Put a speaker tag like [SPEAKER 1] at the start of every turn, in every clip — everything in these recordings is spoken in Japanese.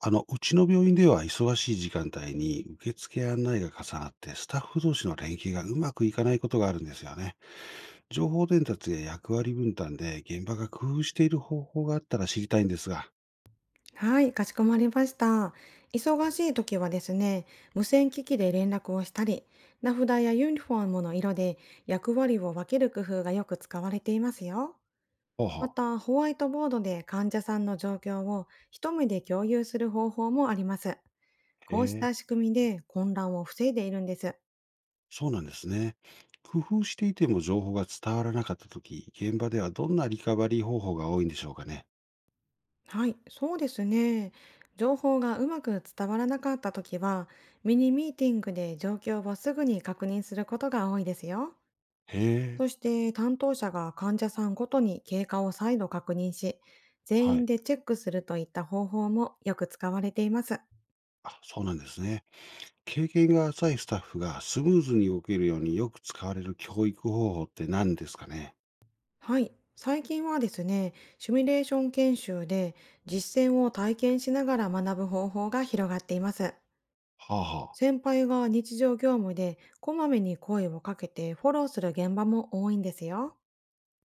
[SPEAKER 1] うちの病院では忙しい時間帯に受付案内が重なって、スタッフ同士の連携がうまくいかないことがあるんですよね。情報伝達や役割分担で現場が工夫している方法があったら知りたいんですが。
[SPEAKER 2] はい、かしこまりました。忙しい時はですね、無線機器で連絡をしたり、名札やユニフォームの色で役割を分ける工夫がよく使われていますよ。
[SPEAKER 1] ほうほ
[SPEAKER 2] ま
[SPEAKER 1] う。
[SPEAKER 2] た、ホワイトボードで患者さんの状況を一目で共有する方法もあります。
[SPEAKER 1] へ
[SPEAKER 2] こうし
[SPEAKER 1] え、
[SPEAKER 2] た仕組みで混乱を防いでいるんです。
[SPEAKER 1] そうなんですね。工夫していても情報が伝わらなかったとき、現場ではどんなリカバリー方法が多いんでしょうかね。
[SPEAKER 2] はい、そうですね。情報がうまく伝わらなかった時は、ミニミーティングで状況をすぐに確認することが多いですよ。
[SPEAKER 1] へえ、
[SPEAKER 2] そして担当者が患者さんごとに経過を再度確認し、全
[SPEAKER 1] は
[SPEAKER 2] 員
[SPEAKER 1] い。
[SPEAKER 2] でチェックするといった方法もよく使われています。
[SPEAKER 1] あ、そうなんですね。経験が浅いスタッフがスムーズに動けるようによく使われる教育方法って何ですかね。
[SPEAKER 2] はい。最近はですね、シミュレーション研修で実践を体験しながら学ぶ方法が広がっています。
[SPEAKER 1] はあはあ。
[SPEAKER 2] 先輩が日常業務でこまめに声をかけてフォローする現場も多いんですよ。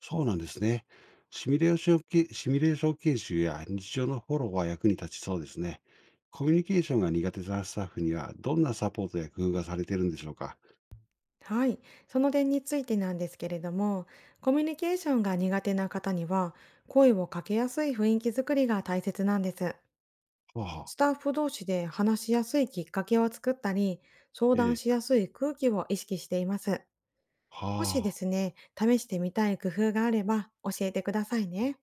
[SPEAKER 1] そうなんですね。シミュレーション研修や日常のフォローは役に立ちそうですね。コミュニケーションが苦手なスタッフにはどんなサポートや工夫がされてるんでしょうか。
[SPEAKER 2] はい、その点についてなんですけれども、コミュニケーションが苦手な方には、声をかけやすい雰囲気づくりが大切なんです。
[SPEAKER 1] はあは
[SPEAKER 2] ス
[SPEAKER 1] あ。
[SPEAKER 2] タッフ同士で話しやすいきっかけを作ったり、相
[SPEAKER 1] え
[SPEAKER 2] 談し
[SPEAKER 1] え。
[SPEAKER 2] やすい空気を意識しています。もしで
[SPEAKER 1] はあ。
[SPEAKER 2] すね、試してみたい工夫があれば教えてくださいね。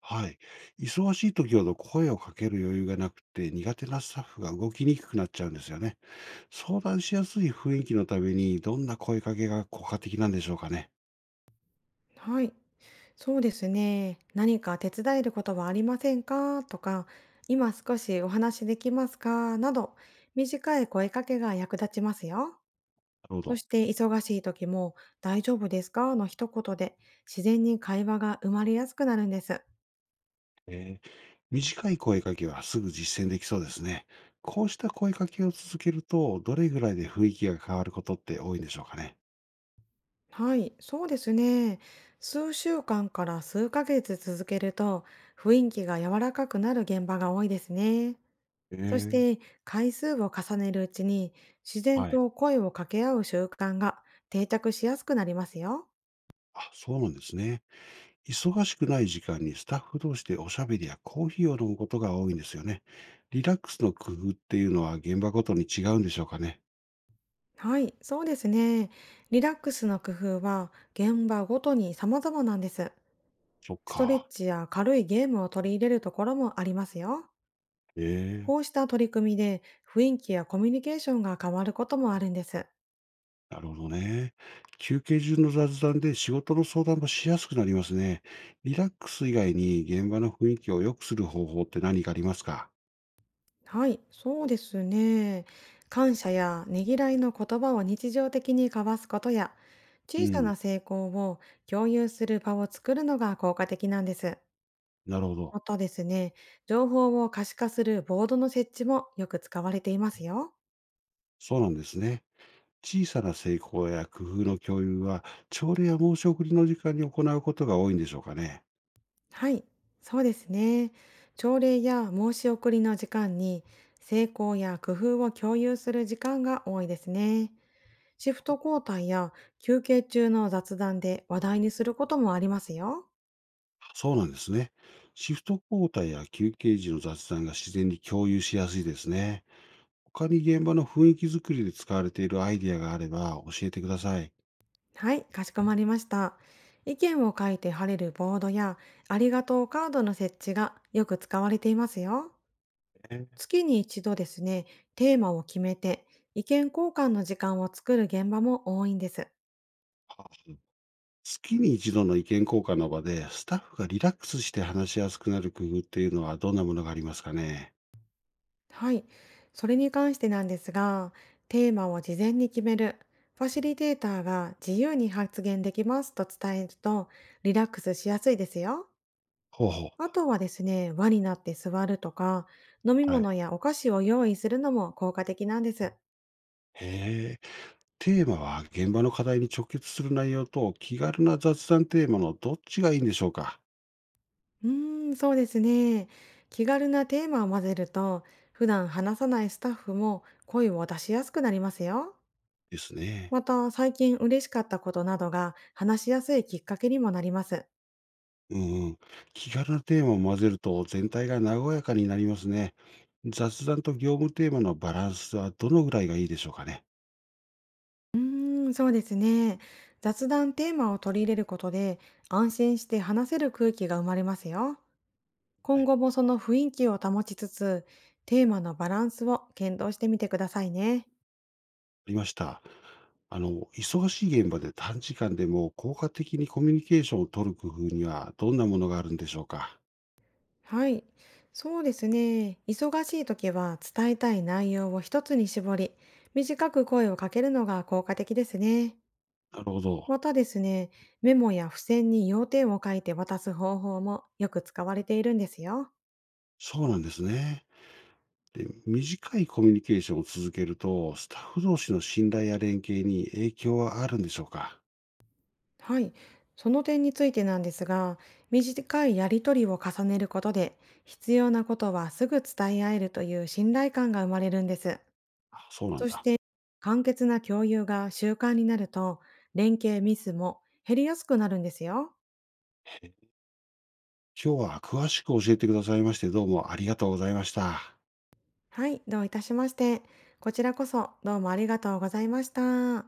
[SPEAKER 1] はい。忙しい時ほど声をかける余裕がなくて苦手なスタッフが動きにくくなっちゃうんですよね。相談しやすい雰囲気のために、どんな声かけが効果的なんでしょうかね。
[SPEAKER 2] はい、そうですね。何か手伝えることはありませんかとか、今少しお話できますかなど、短い声かけが役立ちますよ。
[SPEAKER 1] なるほ
[SPEAKER 2] そし
[SPEAKER 1] ど。
[SPEAKER 2] て忙しい時も「大丈夫ですか？」の一言で自然に会話が生まれやすくなるんです。
[SPEAKER 1] えー短い声かけはすぐ実践できそうですね。こうした声かけを続けると、どれぐらいで雰囲気が変わることって多いんでしょうかね。
[SPEAKER 2] はい、そうですね。数週間から数ヶ月続けると雰囲気が柔らかくなる現場が多いですね。そし
[SPEAKER 1] ええ。
[SPEAKER 2] て回数を重ねるうちに自然
[SPEAKER 1] はい。
[SPEAKER 2] と声を掛け合う習慣が定着しやすくなりますよ。
[SPEAKER 1] あ、そうなんですね。忙しくない時間にスタッフ同士でおしゃべりやコーヒーを飲むことが多いんですよね。リラックスの工夫っていうのは現場ごとに違うんでしょうかね。
[SPEAKER 2] はい、そうですね。リラックスの工夫は現場ごとに様々なんです。
[SPEAKER 1] そっ
[SPEAKER 2] ストレッ
[SPEAKER 1] か。
[SPEAKER 2] チや軽いゲームを取り入れるところもありますよ。
[SPEAKER 1] え
[SPEAKER 2] こ
[SPEAKER 1] え。
[SPEAKER 2] うした取り組みで雰囲気やコミュニケーションが変わることもあるんです。
[SPEAKER 1] なるほどね。休憩中の雑談で仕事の相談もしやすくなりますね。リラックス以外に現場の雰囲気を良くする方法って何かありますか。
[SPEAKER 2] はい、そうですね。感謝やねぎらいの言葉を日常的に交わすことや、
[SPEAKER 1] う
[SPEAKER 2] 小さ
[SPEAKER 1] ん、
[SPEAKER 2] な成功を共有する場を作るのが効果的なんです。
[SPEAKER 1] なるほど。
[SPEAKER 2] またですね、情報を可視化するボードの設置もよく使われていますよ。
[SPEAKER 1] そうなんですね。小さな成功や工夫の共有は、朝礼や申し送りの時間に行うことが多いんでしょうかね。
[SPEAKER 2] はい、そうですね。朝礼や申し送りの時間に成功や工夫を共有する時間が多いですね。シフト交代や休憩中の雑談で話題にすることもありますよ。
[SPEAKER 1] そうなんですね。シフト交代や休憩時の雑談が自然に共有しやすいですね。他に現場の雰囲気づくりで使われているアイディアがあれば教えてください。
[SPEAKER 2] はい、かしこまりました。意見を書いて貼れるボードやありがとうカードの設置がよく使われていますよ。
[SPEAKER 1] えー。
[SPEAKER 2] 月に一度ですね、テーマを決めて意見交換の時間を作る現場も多いんです。
[SPEAKER 1] はあ。月に一度の意見交換の場で、スタッフがリラックスして話しやすくなる工夫っていうのはどんなものがありますかね？
[SPEAKER 2] はい。それに関してなんですが、テーマを事前に決める。ファシリテーターが自由に発言できますと伝えるとリラックスしやすいですよ。
[SPEAKER 1] ほうほう。
[SPEAKER 2] あとはですね、輪になって座るとか、飲み
[SPEAKER 1] はい。
[SPEAKER 2] 物やお菓子を用意するのも効果的なんです。
[SPEAKER 1] へえ。テーマは現場の課題に直結する内容と気軽な雑談テーマのどっちがいいんでしょうか？
[SPEAKER 2] そうですね。気軽なテーマを混ぜると、普段話さないスタッフも声を出しやすくなりますよ。
[SPEAKER 1] ですね。
[SPEAKER 2] また、最近嬉しかったことなどが話しやすいきっかけにもなります。
[SPEAKER 1] うんうん。気軽なテーマを混ぜると全体が和やかになりますね。雑談と業務テーマのバランスはどのぐらいがいいでしょうかね？
[SPEAKER 2] そうですね。雑談テーマを取り入れることで、安心して話せる空気が生まれますよ。
[SPEAKER 1] は
[SPEAKER 2] 今
[SPEAKER 1] い。
[SPEAKER 2] 後もその雰囲気を保ちつつ、テーマのバランスを検討してみてくださいね。
[SPEAKER 1] ありました。忙しい現場で短時間でも効果的にコミュニケーションを取る工夫にはどんなものがあるんでしょうか。
[SPEAKER 2] はい。そうですね。忙しい時は伝えたい内容を一つに絞り、短く声をかけるのが効果的ですね。
[SPEAKER 1] なるほど。
[SPEAKER 2] またですね、メモや付箋に要点を書いて渡す方法もよく使われているんですよ。
[SPEAKER 1] そうなんですね。で、短いコミュニケーションを続けると、スタッフ同士の信頼や連携に影響はあるんでしょうか。
[SPEAKER 2] はい、その点についてなんですが、短いやり取りを重ねることで、必要なことはすぐ伝え合えるという信頼感が生まれるんです。
[SPEAKER 1] あ、そうなん
[SPEAKER 2] そし
[SPEAKER 1] だ。
[SPEAKER 2] て、簡潔な共有が習慣になると、連携ミスも減りやすくなるんですよ。
[SPEAKER 1] え、今日は詳しく教えてくださいまして、どうもありがとうございました。
[SPEAKER 2] はい、どういたしまして。こちらこそどうもありがとうございました。